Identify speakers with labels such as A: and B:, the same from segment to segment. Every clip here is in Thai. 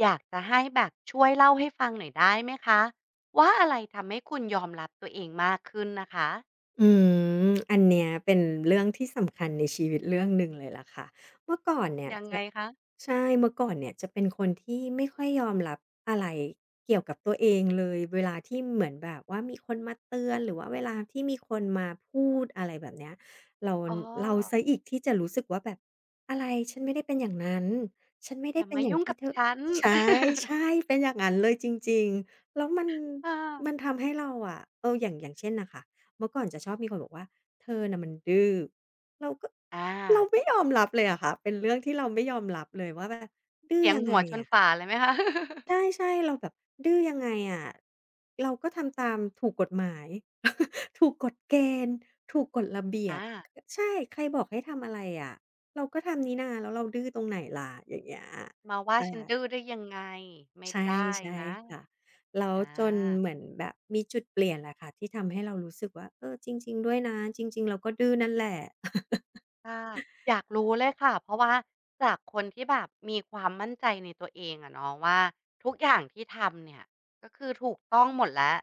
A: อยากจะให้แบบช่วยเล่าให้ฟังหน่อยได้ไหมคะว่าอะไรทำให้คุณยอมรับตัวเองมากขึ้นนะคะ
B: อืมอันเนี้ยเป็นเรื่องที่สำคัญในชีวิตเรื่องหนึ่งเลยล่ะค่ะเมื่อก่อนเนี่ย
A: ยัง
B: จะ
A: ไงคะ
B: ใช่เมื่อก่อนเนี่ยจะเป็นคนที่ไม่ค่อยยอมรับอะไรเกี่ยวกับตัวเองเลยเวลาที่เหมือนแบบว่ามีคนมาเตือนหรือว่าเวลาที่มีคนมาพูดอะไรแบบเนี้ยเรา
A: อ๋
B: เราเสีย
A: อ
B: อีกที่จะรู้สึกว่าแบบอะไรฉันไม่ได้เป็นอย่างนั้นฉันไม่
A: อ
B: ได้
A: ย่า
B: เป็น
A: มา
B: อย่าง
A: ยุ่ง
B: ที่
A: กับ
B: เธอ
A: ฉัน
B: ใช่ใช่ เป็นอย่างงั้นเลยจริงๆแล้วมัน
A: อ
B: มัน
A: อ
B: ทำให้เราอะเอออย่างอย่างเช่นน่ะค่ะ เมื่อก่อนจะชอบมีคนบอกว่าเธอน่ะมันดื้อเราก็
A: อ
B: เรา
A: า
B: ไม่ยอมรับเลยอะค่ะเป็นเรื่องที่เราไม่ยอมรับเลยว่าแบบดื้อ
A: เสียง
B: ยังไง
A: หัวชน
B: อะ
A: ฝาเลยไหมคะ
B: ใช่ๆเราแบบดื้อยังไงอะเราก็ทำตามถูกกฎหมาย ถูกกฎเกณฑ์ถูกกฎระเบียบ
A: อ่า
B: ใช่ใครบอกให้ทำอะไรอะเราก็ทำนี่นาแล้วเราดื้อตรงไหนล่ะอย่างเงี้ย
A: มาว่า
B: ใช่
A: ฉันดื้อได้ยังไงไม่
B: ใช่
A: ได้
B: ใช่
A: นะ
B: ค่ะแล้ว
A: อ
B: จน
A: า
B: เหมือนแบบมีจุดเปลี่ยนแหละค่ะที่ทำให้เรารู้สึกว่าเออจริงๆด้วยนะจริงๆเราก็ดื้อนั่นแหละ
A: ค่ะอยากรู้เลยค่ะเพราะว่าจากคนที่แบบมีความมั่นใจในตัวเองอะเนาะว่าทุกอย่างที่ทำเนี่ยก็คือถูกต้องหมดแล้ว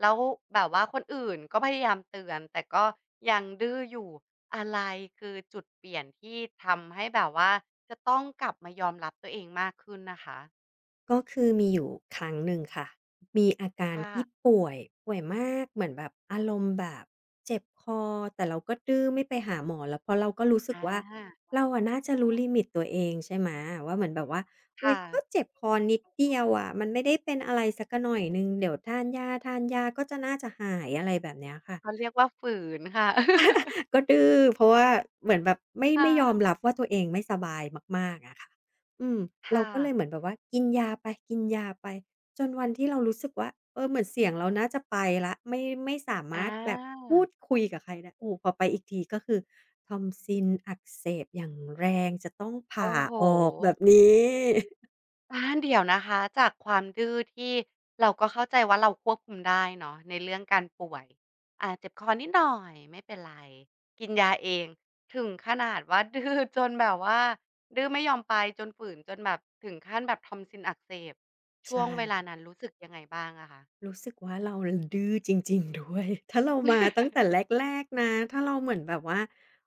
A: แล้วแบบว่าคนอื่นก็พยายามเตือนแต่ก็ยังดื้ออยู่อะไรคือจุดเปลี่ยนที่ทำให้แบบว่าจะต้องกลับมายอมรับตัวเองมากขึ้นนะคะ
B: ก็คือมีอยู่ครั้งหนึ่งค่ะมีอาการ
A: ค่ะ
B: ที่ป่วยป่วยมากเหมือนแบบอารมณ์แบบเจ็บคอแต่เราก็ดื้อไม่ไปหาหมอแล้วเพราะเราก็รู้สึก
A: อา
B: ว่าเราอะน่าจะรู้ลิมิตตัวเองใช่ไหมว่าเหมือนแบบว่าอุ๊ย
A: ค่ะ
B: ก็เจ็บคอนิดเดียวอะมันไม่ได้เป็นอะไรสักหน่อยหนึ่งเดี๋ยวทานยาทานยาก็จะน่าจะหายอะไรแบบเนี้ยค่ะ
A: เขาเรียกว่าฝืนค่ะ
B: ก็ดื้อเพราะว่าเหมือนแบบไม่
A: ค่
B: ไม่ยอมรับ
A: ะ
B: ว่าตัวเองไม่สบายมากๆอะค่ะอืมเรา
A: ค่ะ
B: ก็เลยเหมือนแบบว่ากินยาไปกินยาไปจนวันที่เรารู้สึกว่าเออเหมือนเสียงเราน่าจะไปแล้วไม่สามา
A: อา
B: รถแบบพูดคุยกับใครได้โอ้พอไปอีกทีก็คือทอมซิลอักเสบอย่างแรงจะต้องผ่า
A: โอ้โฮ
B: ออกแบบนี้
A: โอ้ อาเดี๋ยวนะคะจากความดื้อที่เราก็เข้าใจว่าเราควบคุมได้เนาะในเรื่องการป่วยอ่าเจ็บคอนิดหน่อยไม่เป็นไรกินยาเองถึงขนาดว่าดื้อจนแบบว่าดื้อไม่ยอมไปจนฝืนจนแบบถึงขั้นแบบทอมซินอักเสบช่ว
B: ใช่
A: งเวลานั้นรู้สึกยังไงบ้างอะคะ
B: รู้สึกว่าเราดื้อจริงๆด้วย ถ้าเรามาตั้งแต่แรกๆนะถ้าเราเหมือนแบบว่า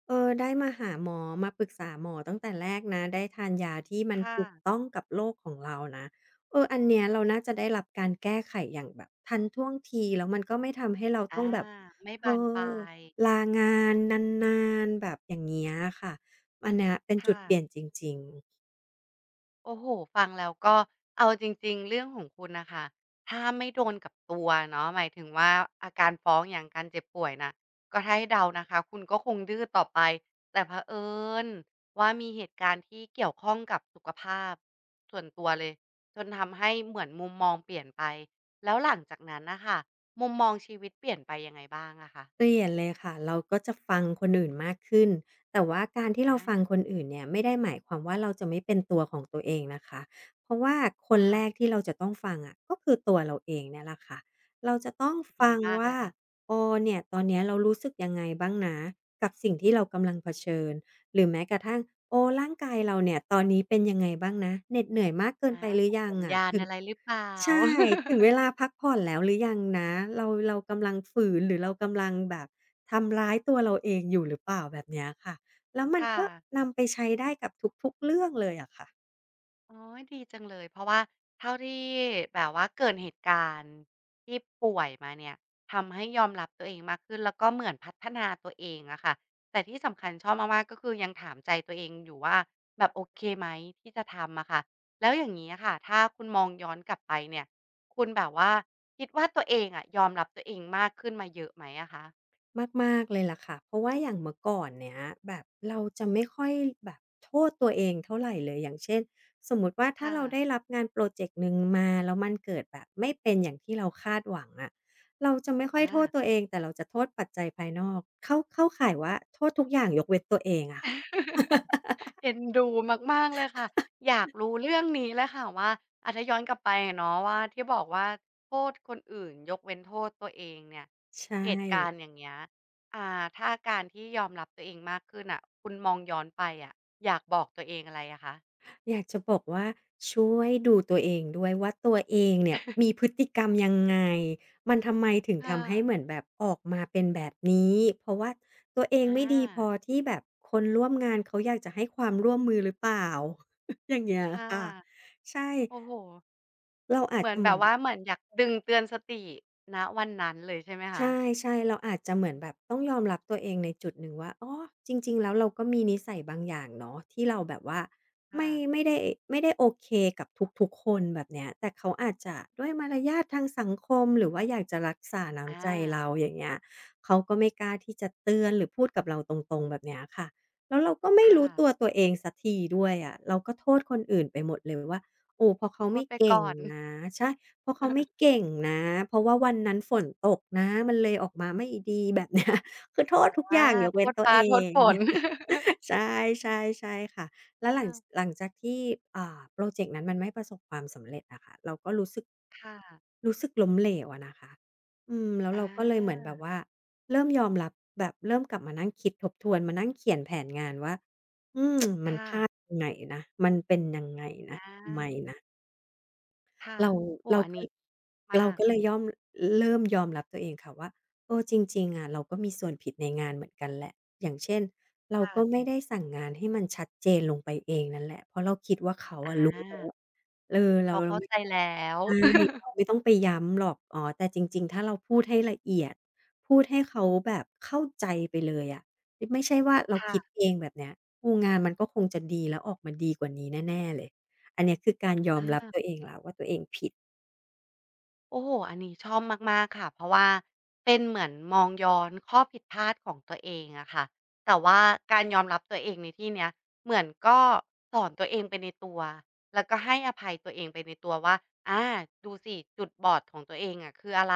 B: เออได้มาหาหมอ มาปรึกษาหมอตั้งแต่แรกนะได้ทานยาที่มัน
A: ค่ะ
B: ถูกต้องกับโรคของเรานะเอออันเนี้ยเราน่าจะได้รับการแก้ไขอย่างแบบทันท่วงทีแล้วมันก็ไม่ทำให้เราต้อ
A: อา
B: งแบบ
A: ไม่
B: เออ
A: บานปลาย
B: ลางานนานๆแบบอย่างเงี้ยค่ะอันเนี้ยเป็นจุด
A: ค่ะ
B: เปลี่ยนจริงๆ
A: โอ้โฮฟังแล้วก็เอาจริงๆเรื่องของคุณน่ะค่ะถ้าไม่โดนกับตัวเนาะหมายถึงว่าอาการฟ้องอย่างการเจ็บป่วยน่ะก็ถ้าให้เดานะคะคุณก็คงดื้อต่อไปแต่เผอิญว่ามีเหตุการณ์ที่เกี่ยวข้องกับสุขภาพส่วนตัวเลยจนทำให้เหมือนมุมมองเปลี่ยนไปแล้วหลังจากนั้นน่ะค่ะมุมมองชีวิตเปลี่ยนไปยังไงบ้างอะคะ
B: เปลี่ยนเลยค่ะเราก็จะฟังคนอื่นมากขึ้นแต่ว่าการที่
A: อา
B: เราฟังคนอื่นเนี่ยไม่ได้หมายความว่าเราจะไม่เป็นตัวของตัวเองนะคะเพราะว่าคนแรก
A: ค่ะ
B: ที่เราจะต้องฟังอะก็คือตัวเราเองเนี่ยแหละค่ะเราจะต้อง
A: ดี
B: ฟัง
A: มากเล
B: ว่า
A: ยค่ะ
B: เออเนี่ยตอนเนี้ยเรารู้สึกยังไงบ้างนะกับสิ่งที่เรากำลังเผชิญหรือแม้กระทั่งโอ้ร่างกายเราเนี่ยตอนนี้เป็นยังไงบ้างนะเหน็ดเหนื่อยมากเกิน
A: อา
B: ไปหรื
A: ส่ง
B: อยัง
A: สัญ
B: อะ
A: ญาณ
B: ถึง
A: อะไรหรือเปล่า
B: ใช่ถึง เวลาพักผ่อนแล้วหรือยังนะเรากำลังฝืนหรือเรากำลังแบบทำร้ายตัวเราเองอยู่หรือเปล่าแบบเนี้ยค่ะแล้วมัน
A: ค่ะ
B: ก็นำไปใช้ได้กับทุกๆเรื่องเลยอะค่ะ
A: โอ๊ยดีจังเลย เพราะว่าเท่าที่แบบว่าเกิดนเหตุการณ์ที่ป่วยมาเนี่ยทำให้ยอมรับตัวเองมากขึ้นแล้วก็เหมือนพัฒนาตัวเองอะค่ะแต่ที่สำคัญชอบมากๆก็คือยังถามใจตัวเองอยู่ว่าแบบโอเคไหมที่จะทำอะค่ะแล้วอย่างนี้อะค่ะถ้าคุณมองย้อนกลับไปเนี่ยคุณแบบว่าคิดว่าตัวเองอะยอมรับตัวเองมากขึ้นมาเยอะไหมอะคะ
B: มากๆเลยล่ะค่ะเพราะว่าอย่างเมื่อก่อนเนี้ยแบบเราจะไม่ค่อยแบบโทษตัวเองเท่าไรเลยอย่างเช่นสมมุติว่าถ้า
A: ค่ะ
B: เราได้รับงานพรอเจกต์หนึ่งมาแล้วมันเกิดแบบไม่เป็นอย่างที่เราคาดหวังอะเราจะไม่ค่อยโทษ
A: อา
B: ตัวเองแต่เราจะโทษปัจจัยภายนอกเข้าข่ายว่าโทษทุกอย่างยกเว้นตัวเองอะค่ะ
A: เอ็นดูมากๆเลยค่ะอยากรู้เรื่องนี้เลยค่ะว่าอาถ้าย้อนกลับไปอะเนาะว่าที่บอกว่าโทษคนอื่นยกเว้นโทษตัวเองเนี่ย
B: ใช่
A: เหตุการณ์อย่างเงี้ยอ่าถ้าการที่ยอมรับตัวเองมากขึ้นน่ะคุณมองย้อนไปอะอยากบอกตัวเองอะไรอะคะ
B: อยากจะบอกว่าช่วยดูตัวเองด้วยว่าตัวเองเนี่ยมีพฤติกรรมยังไงมันทำไมถึง
A: ค่ะ
B: ทำให้เหมือ นแบบออกมาเป็นแบบนี้เพราะว่าตัวเอง
A: อา
B: ไม่ดีพอที่แบบคนร่วมงานเขาอยากจะให้ความร่วมมือหรือเปล่า อย่างเงี้ย
A: ค่ะ
B: ค่ะใช่
A: โอ้โฮ
B: เราอาจ
A: เหมือ
B: จะ
A: น
B: เห
A: แบ
B: มือ
A: บ
B: น
A: ว่าเหมือนอยากดึงเตือนสติณวันนั้นเลยใช่ไหม
B: ใ
A: คะ
B: ช่ๆเราอาจจะเหมือนแบบต้องยอมรับตัวเองในจุดหนึ่งว่าอ๋อจริงๆแล้วเราก็มีนิสัยบางอย่างเนาะที่เราแบบว่า
A: ค่ะ
B: ไม่ไม่ได้ไม่ได้โอเคกับทุกๆคนแบบเนี้ยแต่เขาอาจจะด้วยมารยาททางสังคมหรือว่าอยากจะรักษา
A: อา
B: น้ำใจเราอย่างเงี้ยเขาก็ไม่กล้าที่จะเตือนหรือพูดกับเราตรงๆแบบเนี้ยค่ะแล้วเราก็ไม่
A: ค่ะ
B: รู้ตัวตัวเองสักทีด้วยอะเราก็โทษคนอื่นไปหมดเลยว่าโอ้เพราะเขา
A: โท
B: ไม่
A: ษไป
B: เก่ง
A: ก่อน
B: นะใช่ เพราะเขาไม่เก่งนะเพราะว่าวันนั้นฝนตกนะมันเลยออกมาไม่ดี แบบเนี้ยคือโทษทุกอ
A: อา
B: ย่างยก
A: โท
B: เว้น
A: ษ
B: ตัว
A: ฟ้า
B: เอง
A: โทษฝน
B: ใช่ใช่ค่ะแล้ว
A: เอา
B: หลังจากที่พรอเจกต์นั้นมันไม่ประสบความสำเร็จอะค่ะเราก็รู้สึก
A: ค่ะ
B: รู้สึกล้มเหลวอะนะคะอืมแล้ว
A: อ
B: เราก็เลยเหมือน
A: า
B: แบบว่า เริ่มยอมรับแบบเริ่มกลับมานั่งคิดทบทวนมานั่งเขียนแผนงานว่าอืมมันพ
A: ค่ะ
B: ลาดตรงไหนนะ มันเป็นยังไงนะ
A: อ
B: ทำไม
A: า
B: นะ
A: ค่ะ
B: เราเราก็เรา
A: มาก
B: ก็เลยย่อมเริ่มยอมรับตัวเองค่ะว่าเออจริงๆอะเราก็มีส่วนผิดในงานเหมือนกันแหละอย่างเช่นเราก็ไม่
A: ค่ะ
B: ได้สั่งงานให้มันชัดเจนลงไปเองนั่นแหละเพราะเราคิดว่าเขา
A: อ
B: อะรู้แล้ว
A: า
B: เออเรา
A: เขา
B: เรา
A: เข้า
B: ไม่
A: ใจแล้ว
B: ใช่ เราไม่ต้องไปย้ำหรอกอ๋อแต่จริงๆถ้าเราพูดให้ละเอียดพูดให้เขาแบบเข้าใจไปเลยอะไม่ใช่ว่าเราคิด
A: ค่ะ
B: เองแบบเนี้ยโอ้งานมันก็คงจะดีแล้วออกมาดีกว่านี้แน่ๆเลย อันเนี้ยคือการยอ
A: อ
B: มรับ
A: า
B: ตัวเองแล้วว่าตัวเองผิด
A: โอ้โหอันนี้ชอบมากๆค่ะเพราะว่าเป็นเหมือนมองย้อนข้อผิดพลาดของตัวเองอะค่ะแต่ว่าการยอมรับตัวเองในที่เนี้ยเหมือนก็สอนตัวเองไปในตัว แล้วก็ให้อภัยตัวเองไปในตัวว่าอาดูสิจุดบอดของตัวเองอะคืออะไร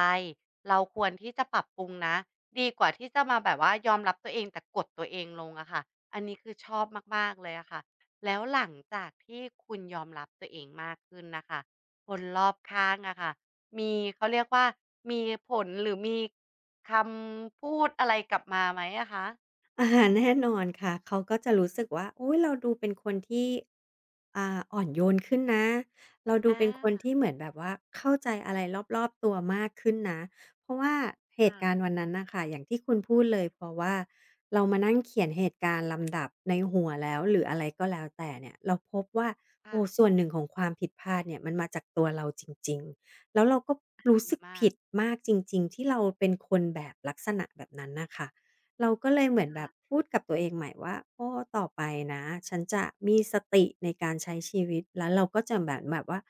A: เราควรที่จะปรับปรุงนะดีกว่าที่จะมาแบบว่ายอมรับตัวเองแต่กดตัวเองลงอะค่ะอันนี้คือชอบมากๆเลยอะค่ะแล้วหลังจากที่คุณยอมรับตัวเองมากขึ้นนะคะคนรอบข้างอะค่ะ มีเขาเรียกว่ามีผลหรือมีคำพูดอะไรกลับมาไหมอะคะ
B: อาหารแน่นอนค่ะเขาก็จะรู้สึกว่าอุ๊ยเราดูเป็นคนที่อ่อนโยนขึ้นนะเราดู
A: อ
B: เป็นคน
A: า
B: ที่เหมือนแบบว่าเข้าใจอะไรรอบๆตัวมากขึ้นนะเพราะว่าเหตุการณ์
A: ค่ะ
B: วันนั้นน่ะค่ะอย่างที่คุณพูดเลยเพราะว่าเรามานั่งเขียนเหตุการณ์ลำดับในหัวแล้วหรืออะไรก็แล้วแต่เนี่ยเราพบว่า
A: ค่ะ
B: โอ้ส่วนหนึ่งของความผิดพลาดเนี่ยมันมาจากตัวเราจริงๆแล้วเราก็รู้
A: ดี
B: สึก
A: มา
B: ผิ
A: ก
B: ดมากจริงๆที่เราเป็นคนแบบลักษณะแบบนั้นน่ะค่ะ เราก็เลยเหมือนแบบ
A: ค่ะ
B: พูดกับตัวเองใหม่ว่าโอ้ต่อไปนะฉันจะมีสติในการใช้ชีวิตแล้วเราก็จะแบบว่า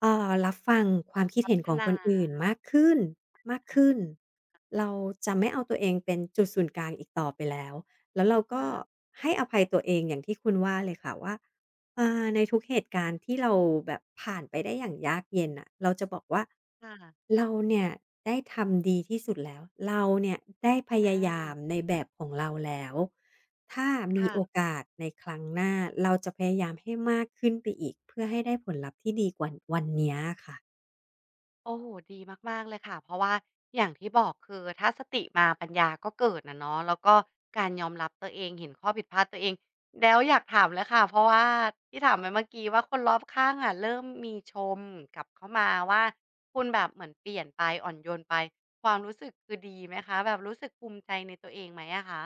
B: รับฟังความคิด
A: พั
B: เห็น
A: ฒ
B: ของค
A: นา
B: นอื่นมากขึ้นมากขึ้น
A: ค่ะ
B: เราจะไม่เอาตัวเองเป็นจุดศูนย์กลางอีกต่อไปแล้วแล้วเราก็
A: ค่ะ
B: ให้อภัยตัวเองอย่างที่คุณว่าเลยค่ะว่า อาในทุกเหตุการณ์ที่เราแบบผ่านไปได้อย่างยากเย็นน่ะเราจะบอกว่า
A: อา
B: เราเนี่ยได้ทำดีที่สุดแล้ว เราเนี่ยได้พยายามในแบบของเราแล้ว ถ้ามีโอ
A: ค่ะ
B: กาสในครั้งหน้าเราจะพยายามให้มากขึ้นไปอีกเพื่อให้ได้ผลลัพธ์ที่ดีกว่าวันเนี้ยค่ะ
A: โอ้โหดีมากๆเลยค่ะเพราะว่าอย่างที่บอกคือถ้าสติมาปัญญาก็เกิดนะเนาะแล้วก็การยอมรับตัวเองเห็นข้อผิดพลาดตัวเองแล้วอยากถามเลยค่ะเพราะว่าที่ถามไปเมื่อกี้ว่าคนรอบข้างอะเริ่มมีชมกลับเข้ามาว่าคุณแบบเหมือนเปลี่ยนไปอ่อนโยนไปความรู้สึกคือดีไหมคะแบบรู้สึกภูมิใจในตัวเองไหมอะคะ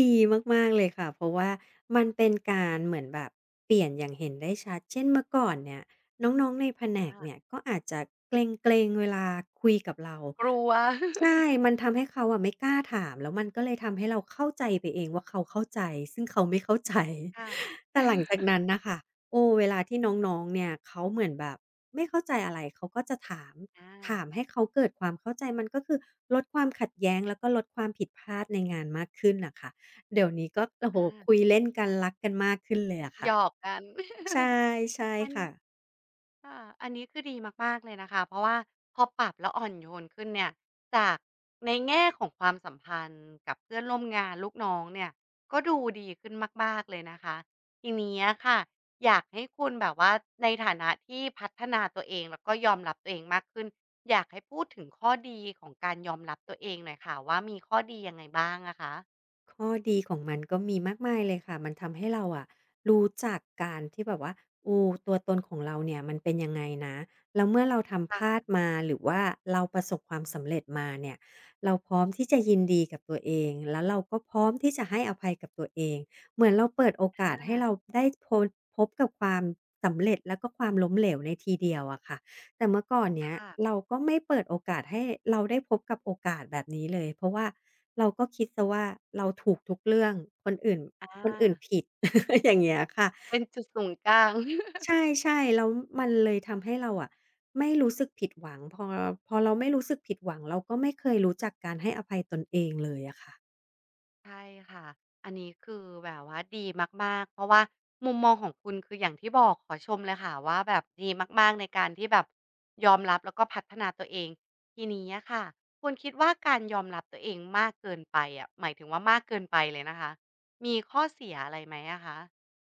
B: ดีมากๆเลยค่ะเพราะว่ามันเป็นการเหมือนแบบเปลี่ยนอย่างเห็นได้ชัดเช่นเมื่อก่อนเนี่ยน้องๆในแผนกเนี่ย
A: อา
B: ก็อาจจะเกรงๆเวลาคุยกับเรา
A: กลัว
B: ใช่มันทำให้เขาอะไม่กล้าถามแล้วมันก็เลยทำให้เราเข้าใจไปเองว่าเขาเข้าใจซึ่งเขาไม่เข้าใจ
A: ค่ะ
B: แต่หลังจากนั้นน่ะค่ะโอ้เวลาที่น้องๆเนี่ยเขาเหมือนแบบไม่เข้าใจอะไรเขาก็จะถามถา
A: อา
B: มให้เขาเกิดความเข้าใจมันก็คือลดความขัดแย้งแล้วก็ลดความผิดพลาดในงานมากขึ้นน่ะค่ะ เดี๋ยวนี้ก็โอ้โฮ
A: อา
B: คุยเล่นกันรักกันมากขึ้นเลยอะ
A: หย
B: ค่ะ
A: อกกัน
B: ใช่ใช่
A: มัน
B: ค่ะ
A: ค่ะอันนี้คือดีมากๆเลยนะคะเพราะว่าพอปรับแล้วอ่อนโยนขึ้นเนี่ยจากในแง่ของความสัมพันธ์กับเพื่อนร่วมงานลูกน้องเนี่ยก็ดูดีขึ้นมากๆเลยนะคะทีนี้อะค่ะอยากให้คุณแบบว่าในฐานะที่พัฒนาตัวเองแล้วก็ยอมรับตัวเองมากขึ้นอยากให้พูดถึงข้อดีของการยอมรับตัวเองหน่อยค่ะว่ามีข้อดียังไงบ้างอะคะ
B: ข้อดีของมันก็มีมากมายเลยค่ะ มันทำให้เราอะรู้จักการที่แบบว่าอูตัวตนของเราเนี่ยมันเป็นยังไงนะ แล้วเมื่อเราทำพลาด
A: ค่ะ
B: มาหรือว่าเราประสบความสำเร็จมาเนี่ยเราพร้อมที่จะยินดีกับตัวเองแล้วเราก็พร้อมที่จะให้อภัยกับตัวเองเหมือนเราเปิดโอ
A: อ
B: กาสให้เรา
A: า
B: ได้พบกับความสำเร็จแล้วก็ความล้มเหลวในทีเดียวอะค่ะแต่เมื่อก่อนเนี้ย
A: ค่ะ
B: เราก็ไม่เปิดโอกาสให้เราได้พบกับโอกาสแบบนี้เลยเพราะว่า เราก็คิดเสียว่าเราถูกทุกเรื่องคนอื่นค
A: อา
B: นอื่นผิด อย่างเงี้ยค่ะ
A: เป็นจุดศูนย์กลาง
B: ใช่ๆแล้วมันเลยทำให้เราอะไม่รู้สึกผิดหวังพอพอเราไม่รู้สึกผิดหวังเราก็ไม่เคยรู้จักการให้อภัยตนเองเลยอะค่ะ
A: ใช่ค่ะ อันนี้คือแบบว่าดีมากๆเพราะว่ามุมมองของคุณคืออย่างที่บอกขอชมเลยค่ะว่าแบบดีมากๆในการที่แบบยอมรับแล้วก็พัฒนาตัวเองทีนี้อะค่ะคุณคิดว่าการยอมรับตัวเองมากเกินไปอะหมายถึงว่ามากเกินไปเลยนะคะมีข้อเสียอะไรไหมอะคะ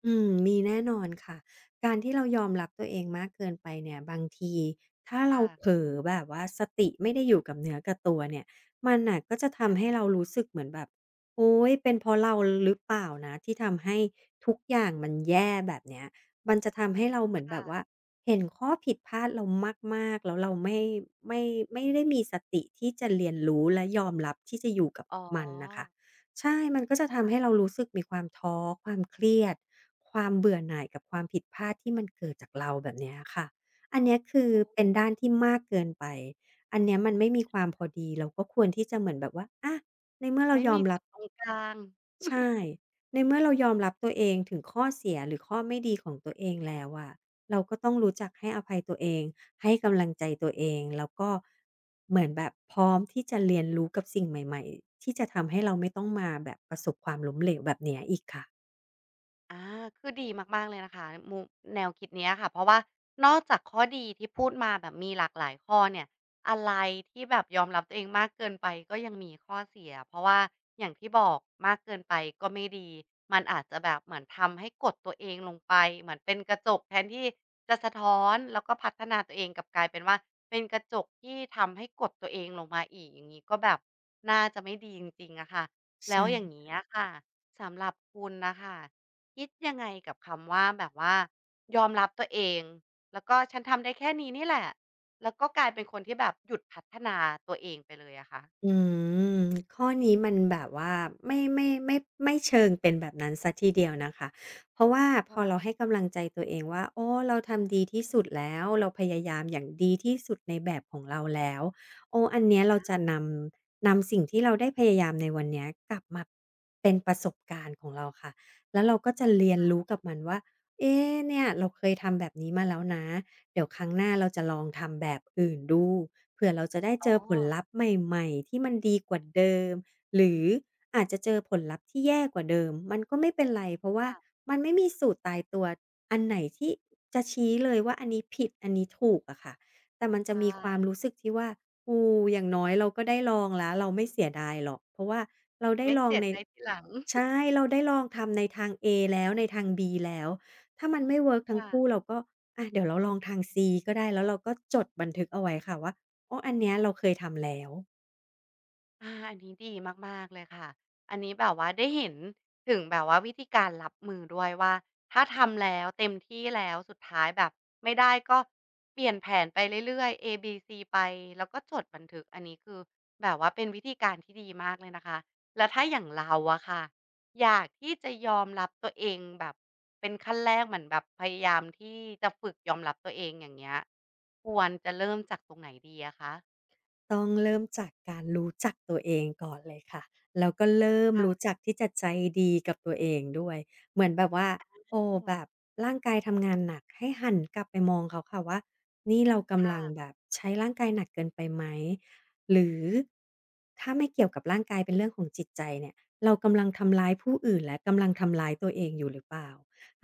B: อืมมีแน่นอนค่ะการที่เรายอมรับตัวเองมากเกินไปเนี่ยบางทีถ้าเรา
A: ค่ะ
B: เผลอแบบว่าสติไม่ได้อยู่กับเนื้อกับตัวเนี่ยมันน่ะก็จะทำให้
A: อา
B: เรารู้สึกเหมือนแบบโอ๊ยเป็นเพราะเราหรือเปล่านะที่ทำให้ทุกอย่างมันแย่แบบเนี้ยมันจะทำให้เราเหมือนแบบว่า
A: ค่ะ
B: เห็นข้อผิดพลาดเรามากๆแล้วเราไม่ไม่ได้มีสติที่จะเรียนรู้และยอมรับที่จะอยู่กับ
A: อ๋
B: มันน่ะค่ะ
A: อ
B: ใช่มันก็จะทำให้เรารู้สึกมีความท้อความเครียดความเบื่อหน่ายกับความผิดพลาดที่มันเกิดจากเราแบบเนี้ยค่ะอันเนี้ยคือเป็
A: โอ้
B: นด้านที่มากเกินไปอันเนี้ยมันไม่มีความพอดี เราก็ควรที่จะเหมือนแบบว่าในเมื่อเรา
A: ไม่
B: ยอ
A: มี
B: มรั
A: จุ
B: บ
A: ดตรงกลาง
B: ใช่ ในเมื่อเรายอมรับตัวเองถึงข้อเสียหรือข้อไม่ดีของตัวเองแล้วอะเราก็ต้องรู้จักให้อภัยตัวเองให้กำลังใจตัวเองแล้วก็เหมือนแบบพร้อมที่จะเรียนรู้กับสิ่งใหม่ๆที่จะทำให้เราไม่ต้องมาแบบประสบความล้มเหลวแบบเนี้ยอีกค่ะ
A: อาคือดีมากๆเลยนะคะแนวคิดเนี้ยค่ะเพราะว่านอกจากข้อดีที่พูดมาแบบมีหลากหลายข้อเนี่ยอะไรที่แบบยอมรับตัวเองมากเกินไปก็ยังมีข้อเสียเพราะว่าอย่างที่บอกมากเกินไปก็ไม่ดีมันอาจจะแบบเหมือนทำให้กดตัวเองลงไปเหมือนเป็นกระจกแทนที่จะสะท้อนแล้วก็พัฒนาตัวเองกลับกลายเป็นว่าเป็นกระจกที่ทำให้กดตัวเองลงมาอีกอย่างงี้ก็แบบน่าจะไม่ดีจริงๆอะค่ะแล้ว
B: ใช่
A: อย่างงี้อะค่ะสำหรับคุณน่ะค่ะ คิดยังไงกับคำว่าแบบว่ายอมรับตัวเองแล้วก็ฉันทำได้แค่นี้นี่แหละแล้วก็กลายเป็นคนที่แบบหยุดพัฒนาตัวเองไปเลยอะคะ
B: อืม ข้อนี้มันแบบว่าไม่เชิงเป็นแบบนั้นซสีทีเดียวนะคะ เพราะว่าพอเรา
A: ค่ะ
B: ให้กำลังใจตัวเองว่าโอ้เราทำดีที่สุดแล้วเราพยายามอย่างดีที่สุดในแบบของเราแล้วโอ้อันเนี้ยเราจะนำสิ่งที่เราได้พยายามในวันเนี้ยกลับมาเป็นประสบการณ์ของเราค่ะแล้วเราก็จะเรียนรู้กับมันว่าเอ๊ะเนี่ยเราเคยทำแบบนี้มาแล้วนะเดี๋ยวครั้งหน้าเราจะลองทำแบบอื่นดู เผื่อเราจะได้
A: อ๋อ
B: เจอผลลัพธ์ใหม่ๆที่มันดีกว่าเดิม หรืออาจจะเจอผลลัพธ์ที่แย่กว่าเดิมมันก็ไม่เป็นไรเพราะว่า
A: ค่ะ
B: มันไม่มีสูตรตายตัวอันไหนที่จะชี้เลยว่าอันนี้ผิดอันนี้ถูกอะค่ะแต่มัน
A: ใช
B: จะมีความ
A: ่
B: รู้สึกที่ว่าโอ้อย่างน้อยเราก็ได้ลองแล้วเราไม่เสียดายหรอกเพราะว่าเราได้
A: ไม่
B: ลอง
A: เสีย
B: ใน
A: ใจทีหลัง
B: ใช่เราได้ลองทำในทาง A แล้วในทาง B แล้วถ้ามันไม่เวิร์กทั้ง
A: ค่ะ
B: คู่เราก็อะเดี๋ยวเราลองทาง C ก็ได้แล้วเราก็จดบันทึกเอาไว้ค่ะว่า โอ้อันเนี้ยเราเคยทำแล้ว
A: อาอันนี้ดีมากๆเลยค่ะอันนี้แบบว่าได้เห็นถึงแบบว่าวิธีการรับมือด้วยว่าถ้าทำแล้วเต็มที่แล้วสุดท้ายแบบไม่ได้ก็เปลี่ยนแผนไปเรื่อยๆเอบีซีไปแล้วก็จดบันทึกอันนี้คือแบบว่าเป็นวิธีการที่ดีมากเลยนะคะแล้วถ้าอย่างเราอะค่ะอยากที่จะยอมรับตัวเองแบบเป็นขั้นแรกเหมือนแบบพยายามที่จะฝึกยอมรับตัวเองอย่างเงี้ยควรจะเริ่มจากตรงไหนดีอะคะ
B: ต้องเริ่มจากการรู้จักตัวเองก่อนเลยค่ะแล้วก็เริ่มรู้
A: ค่ะ
B: จักที่จะใจดีกับตัวเองด้วย เหมือนแบบว่าโอ้แบบร่างกายทำงานหนักให้หันกลับไปมองเขาค่ะว่านี่เรากำลังแบ
A: ค่ะ
B: บใช้ร่างกายหนักเกินไปไหมหรือถ้าไม่เกี่ยวกับร่างกายเป็นเรื่องของจิตใจเนี่ยเรากำลังทำร้ายผู้อื่นและกำลังทำร้ายตัวเองอยู่หรือเปล่า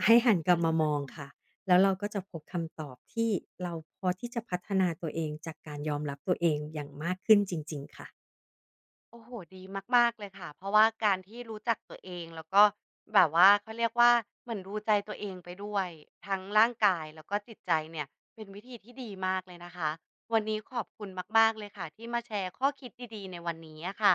B: ให้หันก
A: ค่
B: ลับมา
A: ะ
B: มองค่ะ แล้วเราก็จะพบคำตอบที่เราพอที่จะพัฒนาตัวเองจากการยอมรับตัวเองอย่างมากขึ้นจริงๆค่ะ
A: โอ้โหดีมากๆเลยค่ะเพราะว่าการที่รู้จักตัวเองแล้วก็แบบว่าเขาเรียกว่าเหมือนดูใจตัวเองไปด้วยทั้งร่างกายแล้วก็จิตใจเนี่ยเป็นวิธีที่ดีมากเลยนะคะวันนี้ขอบคุณมากๆเลยค่ะที่มาแชร์ข้อคิดดีๆในวันนี้อะค่ะ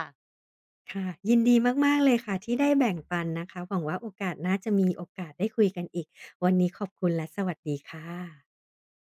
B: ค่ะยินดีมากๆเลยค่ะที่ได้แบ่งปันนะคะ หวังว่าโอกาสหน้าจะมีโอกาสได้คุยกันอีก วันนี้ขอบคุณและสวัสดีค่ะ